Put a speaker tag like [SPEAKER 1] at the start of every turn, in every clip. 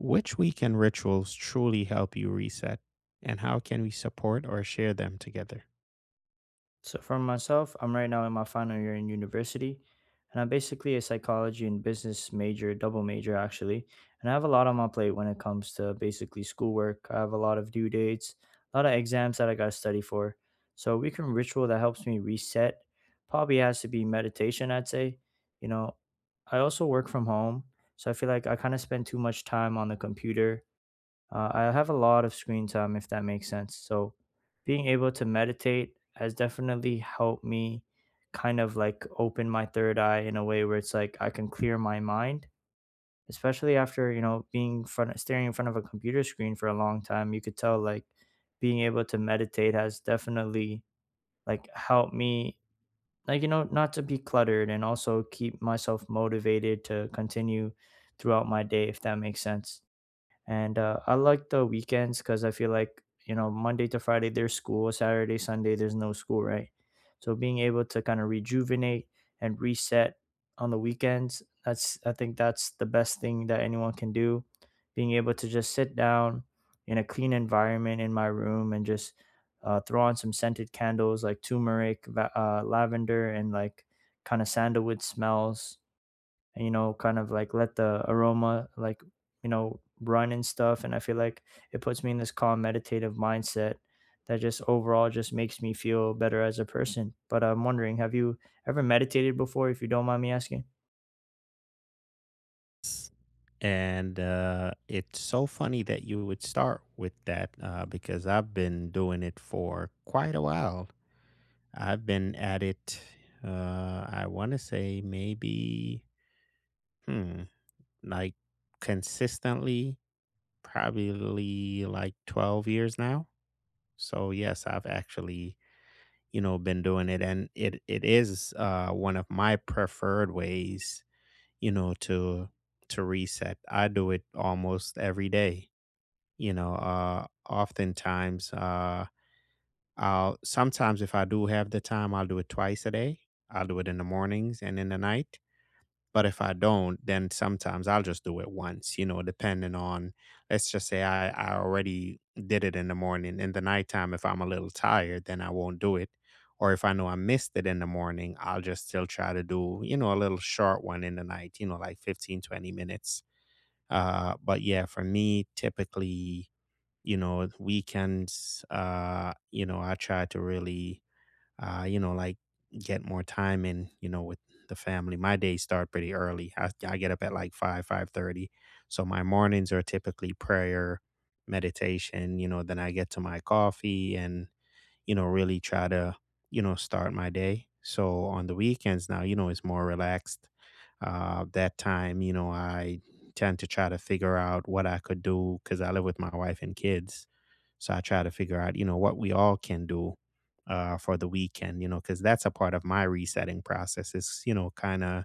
[SPEAKER 1] Which weekend rituals truly help you reset, and how can we support or share them together?
[SPEAKER 2] So for myself, I'm right now in my final year in university, and I'm basically a psychology and business major, double major actually. And I have a lot on my plate when it comes to basically schoolwork. I have a lot of due dates, a lot of exams that I got to study for. So a weekend ritual that helps me reset probably has to be meditation, I'd say. You know, I also work from home, so I feel like I kind of spend too much time on the computer. I have a lot of screen time, if that makes sense. So being able to meditate has definitely helped me kind of like open my third eye in a way where it's like I can clear my mind, especially after, you know, being front staring in front of a computer screen for a long time. You could tell like being able to meditate has definitely like helped me like you know not to be cluttered and also keep myself motivated to continue throughout my day if that makes sense and I like the weekends because I feel like you know Monday to Friday there's school, Saturday Sunday there's no school, right? So being able to kind of rejuvenate and reset on the weekends, that's I think that's the best thing that anyone can do. Being able to just sit down in a clean environment in my room and just throw on some scented candles like turmeric, lavender, and like kind of sandalwood smells and you know kind of like let the aroma like you know run and stuff. And I feel like it puts me in this calm meditative mindset that just overall just makes me feel better as a person. But I'm wondering, have you ever meditated before, if you don't mind me asking?
[SPEAKER 1] And It's so funny that you would start with that, because I've been doing it for quite a while. I've been at it, I want to say maybe, hmm, like consistently, probably like 12 years now. So, yes, I've actually been doing it, and it is one of my preferred ways, you know, to reset. I do it almost every day. You know, oftentimes, I'll sometimes if I do have the time, I'll do it twice a day. I'll do it in the mornings and in the night, but if I don't, then sometimes I'll just do it once, you know, depending on, let's just say I already did it in the morning. In the nighttime, if I'm a little tired, then I won't do it. Or if I know I missed it in the morning, I'll just still try to do, you know, a little short one in the night, you know, like 15 to 20 minutes. But yeah, for me, typically, you know, weekends, you know, I try to really uh, you know, like get more time in, you know, with the family. My days start pretty early. I get up at like five, 5:30. So my mornings are typically prayer, meditation, you know, then I get to my coffee and, you know, really try to, you know, start my day. So on the weekends now, you know, it's more relaxed. That time, you know, I tend to try to figure out what I could do because I live with my wife and kids. So I try to figure out, you know, what we all can do for the weekend, you know, because that's a part of my resetting process is, you know, kind of,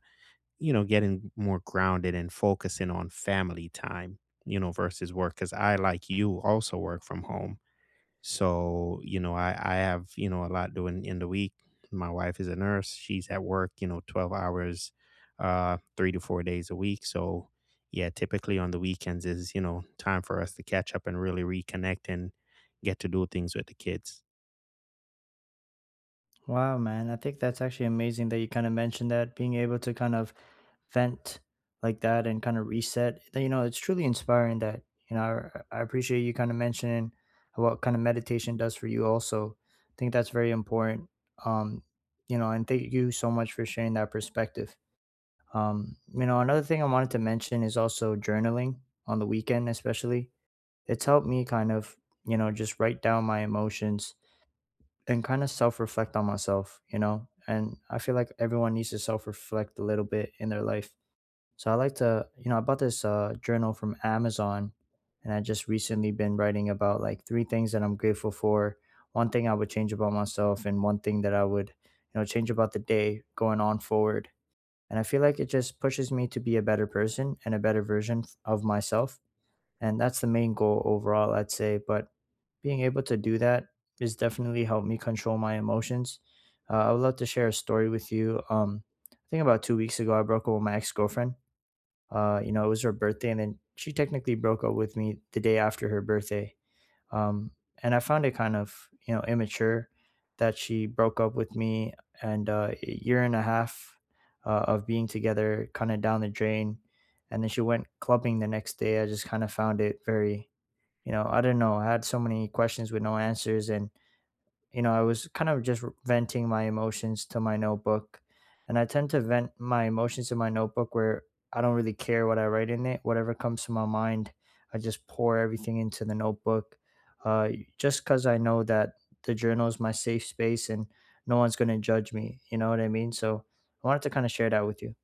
[SPEAKER 1] you know, getting more grounded and focusing on family time, you know, versus work. Because I, like you, also work from home. So, you know, I have, you know, a lot doing in the week. My wife is a nurse. She's at work, you know, 12 hours, uh, 3 to 4 days a week. So, yeah, typically on the weekends is, you know, time for us to catch up and really reconnect and get to do things with the kids.
[SPEAKER 2] Wow, man, I think that's actually amazing that you kind of mentioned that, being able to kind of vent like that and kind of reset then. You know, it's truly inspiring that you know I appreciate you kind of mentioning what kind of meditation does for you also. I think that's very important. um you know, and thank you so much for sharing that perspective. You know, another thing I wanted to mention is also journaling on the weekend especially. It's helped me kind of, you know, just write down my emotions and kind of self-reflect on myself. You know, and I feel like everyone needs to self-reflect a little bit in their life. So I like to, you know, I bought this journal from Amazon, and I just recently been writing about like three things that I'm grateful for, one thing I would change about myself, and one thing that I would, you know, change about the day going on forward. And I feel like it just pushes me to be a better person and a better version of myself. And that's the main goal overall, I'd say. But being able to do that has definitely helped me control my emotions. I would love to share a story with you. I think about 2 weeks ago, I broke up with my ex girlfriend. You know, it was her birthday, and then she technically broke up with me the day after her birthday. Um, and I found it kind of, you know, immature that she broke up with me, and a year and a half of being together, kind of down the drain. And then she went clubbing the next day. I just kind of found it very, you know, I don't know. I had so many questions with no answers, and you know, I was kind of just venting my emotions to my notebook. And I tend to vent my emotions in my notebook where I don't really care what I write in it. Whatever comes to my mind, I just pour everything into the notebook. Uh, just because I know that the journal is my safe space and no one's going to judge me. You know what I mean? So I wanted to kind of share that with you.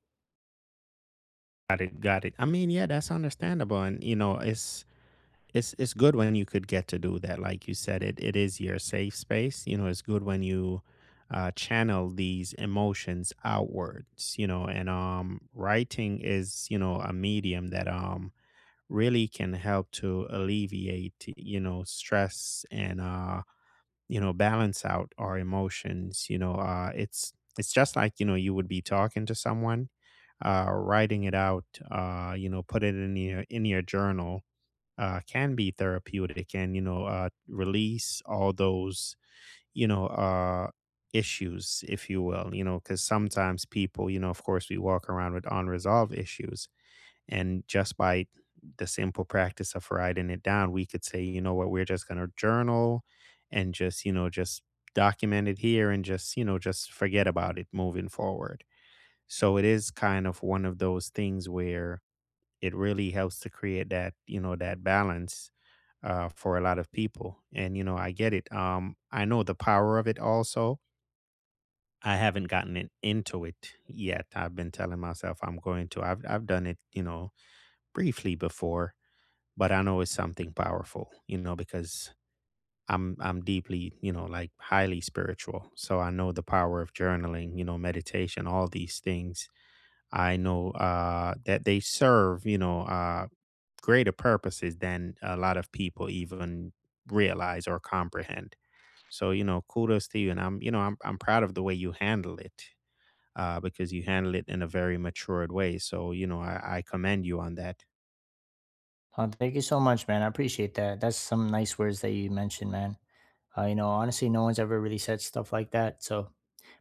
[SPEAKER 1] Got it, got it. I mean, yeah, that's understandable, and you know, it's good when you could get to do that. Like you said, it is your safe space. You know, it's good when you channel these emotions outwards, you know, and writing is, you know, a medium that really can help to alleviate, you know, stress, and you know, balance out our emotions, you know, it's just like, you know, you would be talking to someone, writing it out, you know, put it in your journal, can be therapeutic, and you know, release all those you know uh, issues, if you will, you know, because sometimes people, you know, of course we walk around with unresolved issues, and just by the simple practice of writing it down, we could say, you know what, we're just going to journal, and just, you know, just document it here, and just, you know, just forget about it moving forward. So it is kind of one of those things where it really helps to create that, you know, that balance for a lot of people. And you know, I get it. I know the power of it. Also, I haven't gotten into it yet. I've been telling myself I'm going to. I've done it, you know, briefly before, but I know it's something powerful. You know, because I'm deeply, you know, like highly spiritual. So I know the power of journaling. You know, meditation, all these things. I know that they serve, you know, greater purposes than a lot of people even realize or comprehend. So, you know, kudos to you. And I'm, you know, I'm proud of the way you handle it, because you handle it in a very matured way. So, you know, I commend you on that.
[SPEAKER 2] Thank you so much, man. I appreciate that. That's some nice words that you mentioned, man. You know, honestly, no one's ever really said stuff like that. So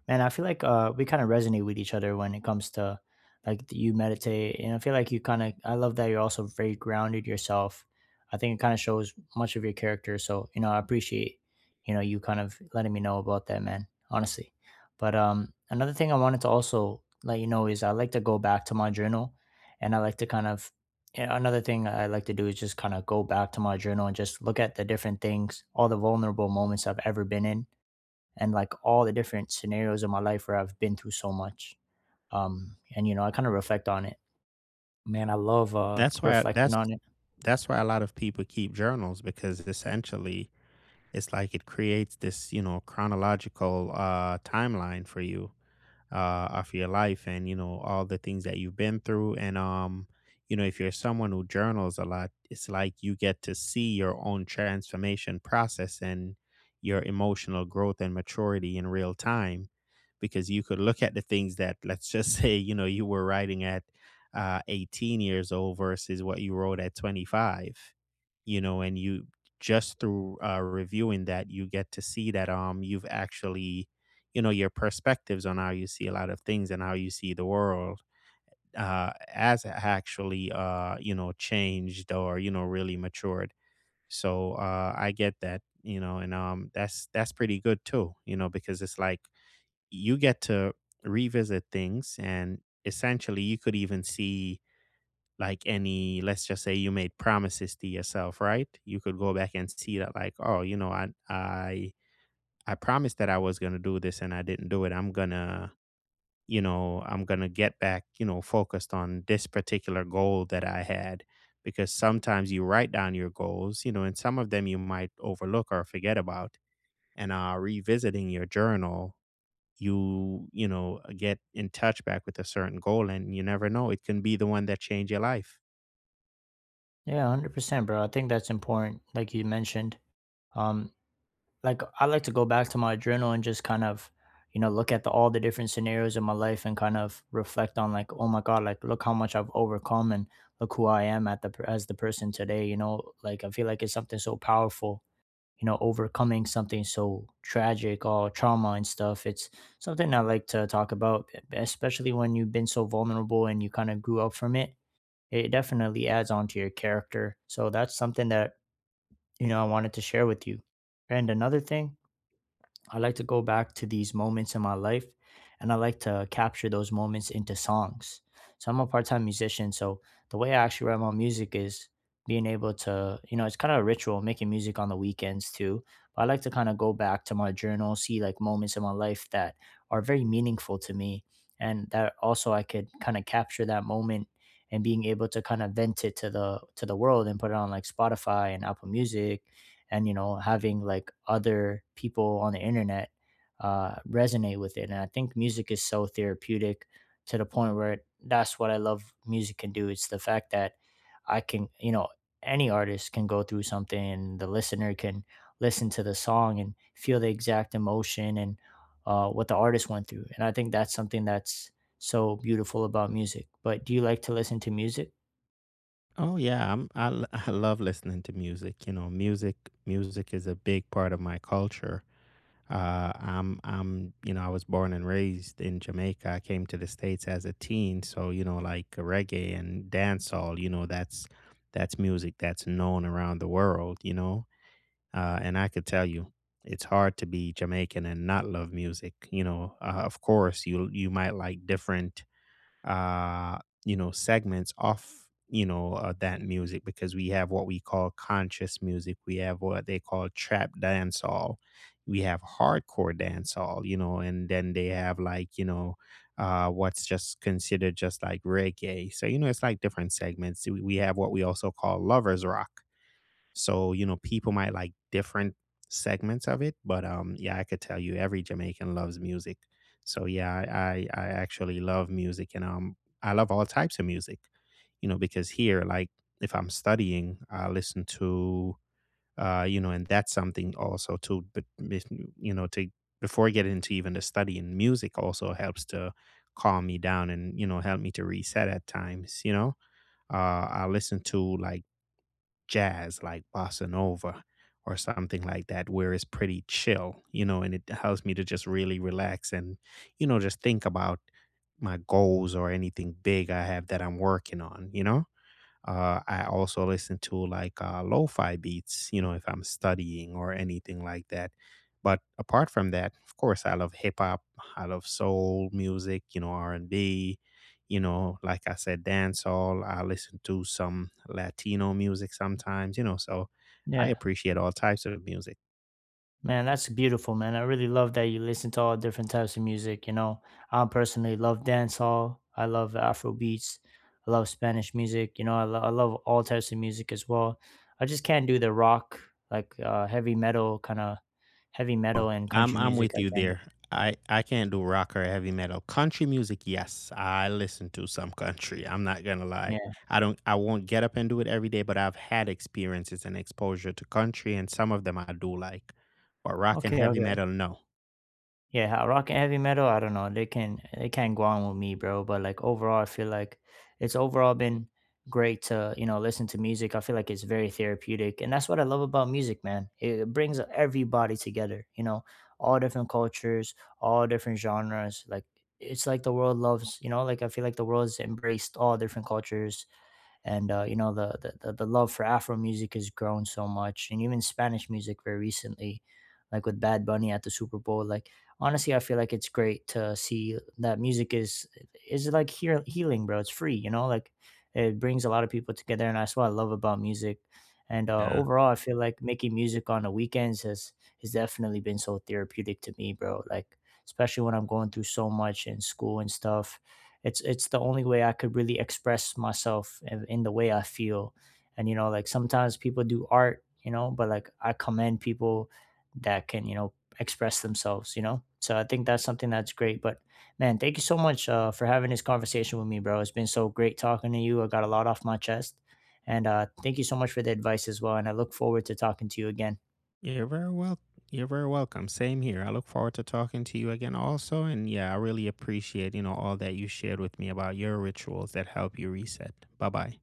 [SPEAKER 2] man, I feel like we kind of resonate with each other when it comes to like you meditate, and I feel like you kind of. I love that you're also very grounded yourself. I think it kind of shows much of your character. So you know, I appreciate you know you kind of letting me know about that, man. Honestly, but another thing I wanted to also let you know is I like to go back to my journal, and I like to kind of. And Another thing I like to do is just kind of go back to my journal and just look at the different things, all the vulnerable moments I've ever been in and like all the different scenarios in my life where I've been through so much. And you know, I kind of reflect on it. Man, I love
[SPEAKER 1] That's why, I,
[SPEAKER 2] reflecting on
[SPEAKER 1] that's,
[SPEAKER 2] it.
[SPEAKER 1] that's why a lot of people keep journals, because essentially it's like it creates this, you know, chronological timeline for you, of your life and you know, all the things that you've been through, and you know, if you're someone who journals a lot, it's like you get to see your own transformation process and your emotional growth and maturity in real time, because you could look at the things that, let's just say, you know, you were writing at 18 years old versus what you wrote at 25, you know, and you just through reviewing that, you get to see that you've actually, you know, your perspectives on how you see a lot of things and how you see the world has actually, you know, changed, or you know, really matured. So I get that, you know, and that's pretty good too, you know, because it's like you get to revisit things, and essentially you could even see like any, let's just say you made promises to yourself, right? You could go back and see that like, oh, you know, I promised that I was going to do this and I didn't do it. I'm going to, you know, I'm going to get back, you know, focused on this particular goal that I had. Because sometimes you write down your goals, you know, and some of them you might overlook or forget about. And revisiting your journal, you know, get in touch back with a certain goal, and you never know. It can be the one that changed your life.
[SPEAKER 2] Yeah, 100%, bro. I think that's important, like you mentioned. Um, like I like to go back to my journal and just kind of, you know, look at all the different scenarios in my life and kind of reflect on like, oh my god, like look how much I've overcome and look who I am at as the person today. You know, like I feel like it's something so powerful, you know, overcoming something so tragic or trauma and stuff. It's something I like to talk about, especially when you've been so vulnerable and you kind of grew up from it. It definitely adds on to your character. So that's something that, you know, I wanted to share with you. And another thing, I like to go back to these moments in my life, and I like to capture those moments into songs. So I'm a part-time musician, so the way I actually write my music is being able to, you know, it's kind of a ritual making music on the weekends too. But I like to kind of go back to my journal, see like moments in my life that are very meaningful to me, and that also I could kind of capture that moment and being able to kind of vent it to the world and put it on like Spotify and Apple Music, and you know, having like other people on the internet resonate with it. And I think music is so therapeutic to the point where that's what I love music can do. It's the fact that I can, you know, any artist can go through something and the listener can listen to the song and feel the exact emotion and what the artist went through. And I think that's something that's so beautiful about music. But do you like to listen to music?
[SPEAKER 1] Oh yeah, I I love listening to music. You know, music is a big part of my culture. You know, I was born and raised in Jamaica. I came to the States as a teen, so you know, like reggae and dancehall, you know, that's music that's known around the world, you know. And I could tell you, it's hard to be Jamaican and not love music. You know, of course, you might like different, uh, you know, segments off, you know, that music, because we have what we call conscious music. We have what they call trap dancehall. We have hardcore dancehall, you know, and then they have like, you know, what's just considered just like reggae. So, you know, it's like different segments. We have what we also call lovers rock. So, you know, people might like different segments of it, but yeah, I could tell you every Jamaican loves music. So yeah, I actually love music, and I love all types of music. You know, because here like if I'm studying, I listen to, you know, and that's something also too, but you know, to before getting into even the studying, music also helps to calm me down, and you know, help me to reset at times, you know, I listen to like jazz, like bossa nova or something like that, where it's pretty chill, you know, and it helps me to just really relax and, you know, just think about my goals or anything big I have that I'm working on, you know. I also listen to like lo-fi beats, you know, if I'm studying or anything like that. But apart from that, of course, I love hip hop. I love soul music, you know, R&B. You know, like I said, dancehall. I listen to some Latino music sometimes, you know. So I
[SPEAKER 2] Yeah.
[SPEAKER 1] appreciate all types of music.
[SPEAKER 2] Man, that's beautiful, man. I really love that you listen to all different types of music. You know, I personally love dancehall. I love Afro beats. I love Spanish music. You know, I love all types of music as well. I just can't do the rock, like heavy metal, kind of heavy
[SPEAKER 1] Oh,
[SPEAKER 2] metal and
[SPEAKER 1] I'm
[SPEAKER 2] country
[SPEAKER 1] I'm
[SPEAKER 2] music.
[SPEAKER 1] with
[SPEAKER 2] I
[SPEAKER 1] you
[SPEAKER 2] can't do
[SPEAKER 1] there. I can't do rock or heavy metal. Country music, yes, I listen to some country. I'm not gonna
[SPEAKER 2] that.
[SPEAKER 1] lie.
[SPEAKER 2] Yeah.
[SPEAKER 1] I don't. I won't get up and do it every day, but I've had experiences and exposure to country, and some of them I do like. But rock and
[SPEAKER 2] Okay.
[SPEAKER 1] heavy metal, no.
[SPEAKER 2] Yeah, rock and heavy metal, I don't know. They can they can't go on with me, bro. But like overall, I feel like it's overall been great to, you know, listen to music. I feel like it's very therapeutic. And that's what I love about music, man. It brings everybody together, you know, all different cultures, all different genres. Like it's like the world loves, you know, like I feel like the world's embraced all different cultures and you know the love for Afro music has grown so much, and even Spanish music very recently, like with Bad Bunny at the Super Bowl. Like honestly, I feel like it's great to see that music is like healing, bro. It's free, you know, like it brings a lot of people together, and that's what I love about music. And
[SPEAKER 1] Yeah,
[SPEAKER 2] overall, I feel like making music on the weekends has definitely been so therapeutic to me, bro. Like especially when I'm going through so much in school and stuff, it's the only way I could really express myself in the way I feel. And you know, like sometimes people do art, you know, but like I commend people that can, you know, express themselves, you know. So I think that's something that's great. But man, thank you so much for having this conversation with me, bro. It's been so great talking to you. I got a lot off my chest. And thank you so much for the advice as well. And I look forward to talking to you again.
[SPEAKER 1] you're very well. You're very welcome. Same here. I look forward to talking to you again, also. And yeah, I really appreciate, you know, all that you shared with me about your rituals that help you reset. Bye bye.